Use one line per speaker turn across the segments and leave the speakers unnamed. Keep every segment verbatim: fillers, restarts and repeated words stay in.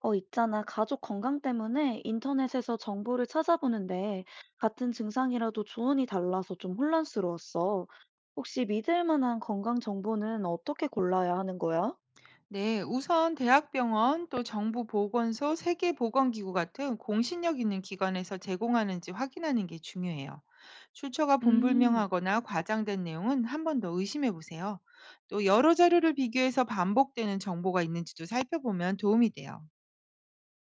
어, 있잖아. 가족 건강 때문에 인터넷에서 정보를 찾아보는데 같은 증상이라도 조언이 달라서 좀 혼란스러웠어. 혹시 믿을 만한 건강 정보는 어떻게 골라야 하는 거야?
네, 우선 대학병원 또 정부 보건소, 세계보건기구 같은 공신력 있는 기관에서 제공하는지 확인하는 게 중요해요. 출처가
음,
분불명하거나 과장된 내용은 한 번 더 의심해 보세요. 또 여러 자료를 비교해서 반복되는 정보가 있는지도 살펴보면 도움이 돼요.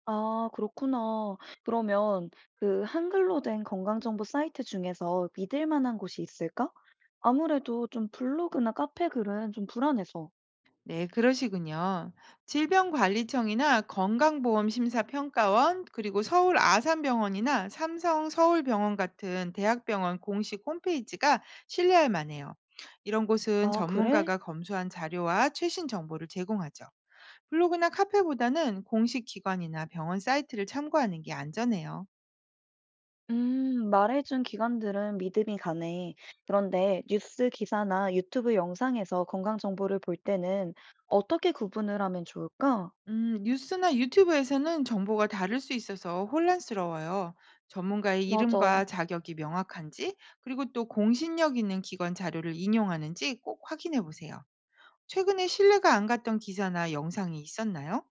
아, 그렇구나. 그러면 그 한글로 된 건강 정보 사이트 중에서 믿을 만한 곳이 있을까? 아무래도 좀 블로그나 카페 글은 좀 불안해서.
네, 그러시군요. 질병관리청이나 건강보험심사평가원, 그리고 서울 아산병원이나 삼성 서울병원 같은 대학병원 공식 홈페이지가 신뢰할 만해요. 이런 곳은
아, 그래?
전문가가 검수한 자료와 최신 정보를 제공하죠. 블로그나 카페보다는 공식 기관이나 병원 사이트를 참고하는 게 안전해요.
음, 말해준 기관들은 믿음이 가네. 그런데 뉴스 기사나 유튜브 영상에서 건강 정보를 볼 때는 어떻게 구분을 하면 좋을까?
음, 뉴스나 유튜브에서는 정보가 다를 수 있어서 혼란스러워요. 전문가의 이름과
맞아.
자격이 명확한지, 그리고 또 공신력 있는 기관 자료를 인용하는지 꼭 확인해 보세요. 최근에 신뢰가 안 갔던 기사나 영상이 있었나요?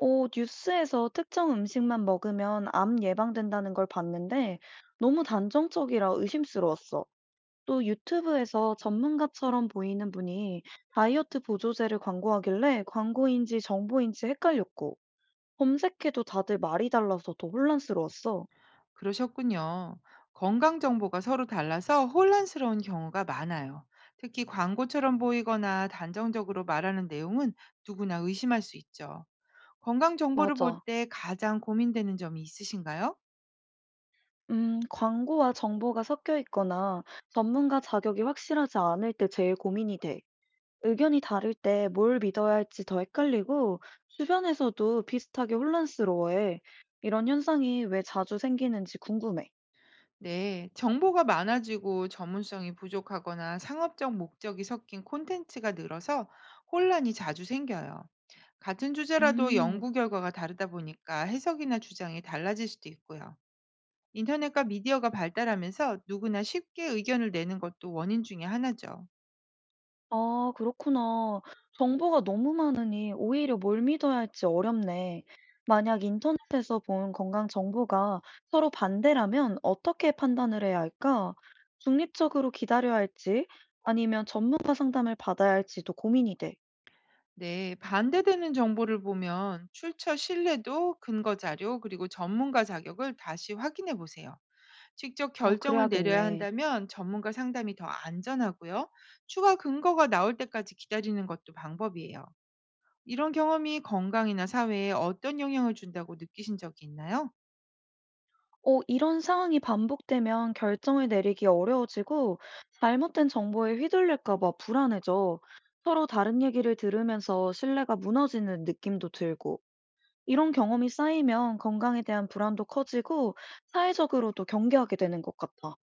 오, 뉴스에서 특정 음식만 먹으면 암 예방된다는 걸 봤는데 너무 단정적이라 의심스러웠어. 또 유튜브에서 전문가처럼 보이는 분이 다이어트 보조제를 광고하길래 광고인지 정보인지 헷갈렸고 검색해도 다들 말이 달라서 더 혼란스러웠어.
그러셨군요. 건강 정보가 서로 달라서 혼란스러운 경우가 많아요. 특히 광고처럼 보이거나 단정적으로 말하는 내용은 누구나 의심할 수 있죠. 건강 정보를 볼
맞아.
때 가장 고민되는 점이 있으신가요?
음, 광고와 정보가 섞여 있거나 전문가 자격이 확실하지 않을 때 제일 고민이 돼. 의견이 다를 때 뭘 믿어야 할지 더 헷갈리고 주변에서도 비슷하게 혼란스러워해. 이런 현상이 왜 자주 생기는지 궁금해.
네, 정보가 많아지고 전문성이 부족하거나 상업적 목적이 섞인 콘텐츠가 늘어서 혼란이 자주 생겨요. 같은 주제라도
음.
연구 결과가 다르다 보니까 해석이나 주장이 달라질 수도 있고요. 인터넷과 미디어가 발달하면서 누구나 쉽게 의견을 내는 것도 원인 중에 하나죠.
아, 그렇구나. 정보가 너무 많으니 오히려 뭘 믿어야 할지 어렵네. 만약 인터넷에서 본 건강 정보가 서로 반대라면 어떻게 판단을 해야 할까? 중립적으로 기다려야 할지 아니면 전문가 상담을 받아야 할지도 고민이 돼.
네, 반대되는 정보를 보면 출처 신뢰도, 근거 자료, 그리고 전문가 자격을 다시 확인해 보세요. 직접
아,
결정을 내려야
그래야겠네.
한다면 전문가 상담이 더 안전하고요. 추가 근거가 나올 때까지 기다리는 것도 방법이에요. 이런 경험이 건강이나 사회에 어떤 영향을 준다고 느끼신 적이 있나요?
어, 이런 상황이 반복되면 결정을 내리기 어려워지고 잘못된 정보에 휘둘릴까 봐 불안해져. 서로 다른 얘기를 들으면서 신뢰가 무너지는 느낌도 들고. 이런 경험이 쌓이면 건강에 대한 불안도 커지고 사회적으로도 경계하게 되는 것 같아.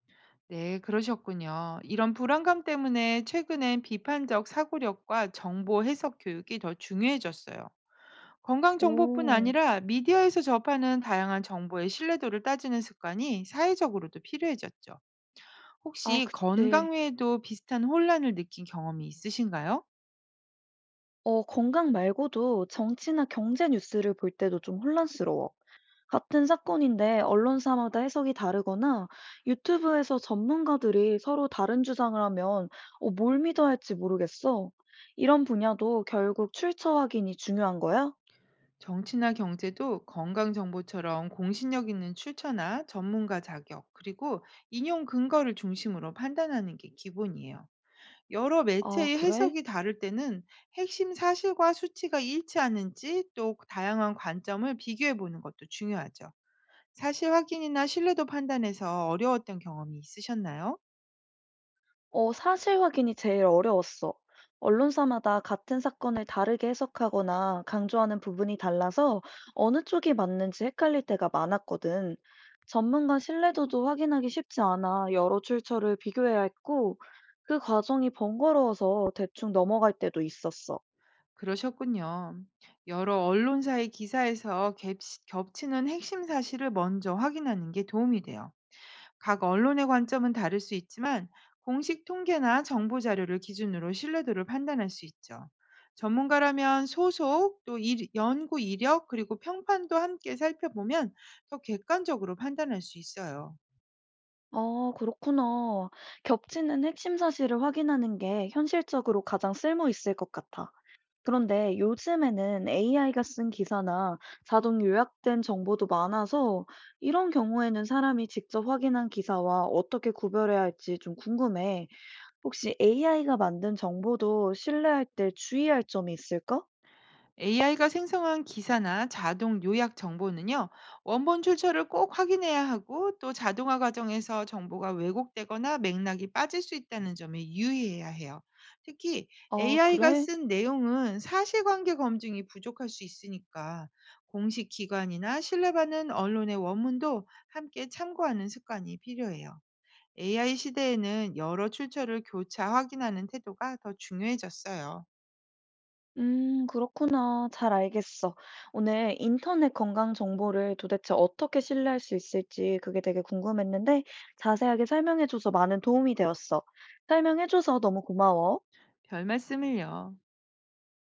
네, 그러셨군요. 이런 불안감 때문에 최근엔 비판적 사고력과 정보 해석 교육이 더 중요해졌어요. 건강 정보뿐
오,
아니라 미디어에서 접하는 다양한 정보의 신뢰도를 따지는 습관이 사회적으로도 필요해졌죠.
아,
혹시
그치.
건강 외에도 비슷한 혼란을 느낀 경험이 있으신가요?
어, 건강 말고도 정치나 경제 뉴스를 볼 때도 좀 혼란스러워. 같은 사건인데 언론사마다 해석이 다르거나 유튜브에서 전문가들이 서로 다른 주장을 하면 어, 뭘 믿어야 할지 모르겠어. 이런 분야도 결국 출처 확인이 중요한 거야?
정치나 경제도 건강 정보처럼 공신력 있는 출처나 전문가 자격, 그리고 인용 근거를 중심으로 판단하는 게 기본이에요. 여러
아,
매체의
그래?
해석이 다를 때는 핵심 사실과 수치가 일치하는지 또 다양한 관점을 비교해 보는 것도 중요하죠. 사실 확인이나 신뢰도 판단에서 어려웠던 경험이 있으셨나요?
어, 사실 확인이 제일 어려웠어. 언론사마다 같은 사건을 다르게 해석하거나 강조하는 부분이 달라서 어느 쪽이 맞는지 헷갈릴 때가 많았거든. 전문가 신뢰도도 확인하기 쉽지 않아 여러 출처를 비교해야 했고, 그 과정이 번거로워서 대충 넘어갈 때도 있었어.
그러셨군요. 여러 언론사의 기사에서 갭시- 겹치는 핵심 사실을 먼저 확인하는 게 도움이 돼요. 각 언론의 관점은 다를 수 있지만 공식 통계나 정보 자료를 기준으로 신뢰도를 판단할 수 있죠. 전문가라면 소속, 또 일- 연구 이력, 그리고 평판도 함께 살펴보면 더 객관적으로 판단할 수 있어요.
아, 그렇구나. 겹치는 핵심 사실을 확인하는 게 현실적으로 가장 쓸모 있을 것 같아. 그런데 요즘에는 에이아이가 쓴 기사나 자동 요약된 정보도 많아서 이런 경우에는 사람이 직접 확인한 기사와 어떻게 구별해야 할지 좀 궁금해. 혹시 에이아이가 만든 정보도 신뢰할 때 주의할 점이 있을까?
에이아이가 생성한 기사나 자동 요약 정보는요, 원본 출처를 꼭 확인해야 하고 또 자동화 과정에서 정보가 왜곡되거나 맥락이 빠질 수 있다는 점에 유의해야 해요. 특히
아,
에이아이가
그래?
쓴 내용은 사실관계 검증이 부족할 수 있으니까 공식 기관이나 신뢰받는 언론의 원문도 함께 참고하는 습관이 필요해요. 에이아이 시대에는 여러 출처를 교차 확인하는 태도가 더 중요해졌어요.
음, 그렇구나. 잘 알겠어. 오늘 인터넷 건강 정보를 도대체 어떻게 신뢰할 수 있을지 그게 되게 궁금했는데 자세하게 설명해줘서 많은 도움이 되었어. 설명해줘서 너무 고마워.
별 말씀을요.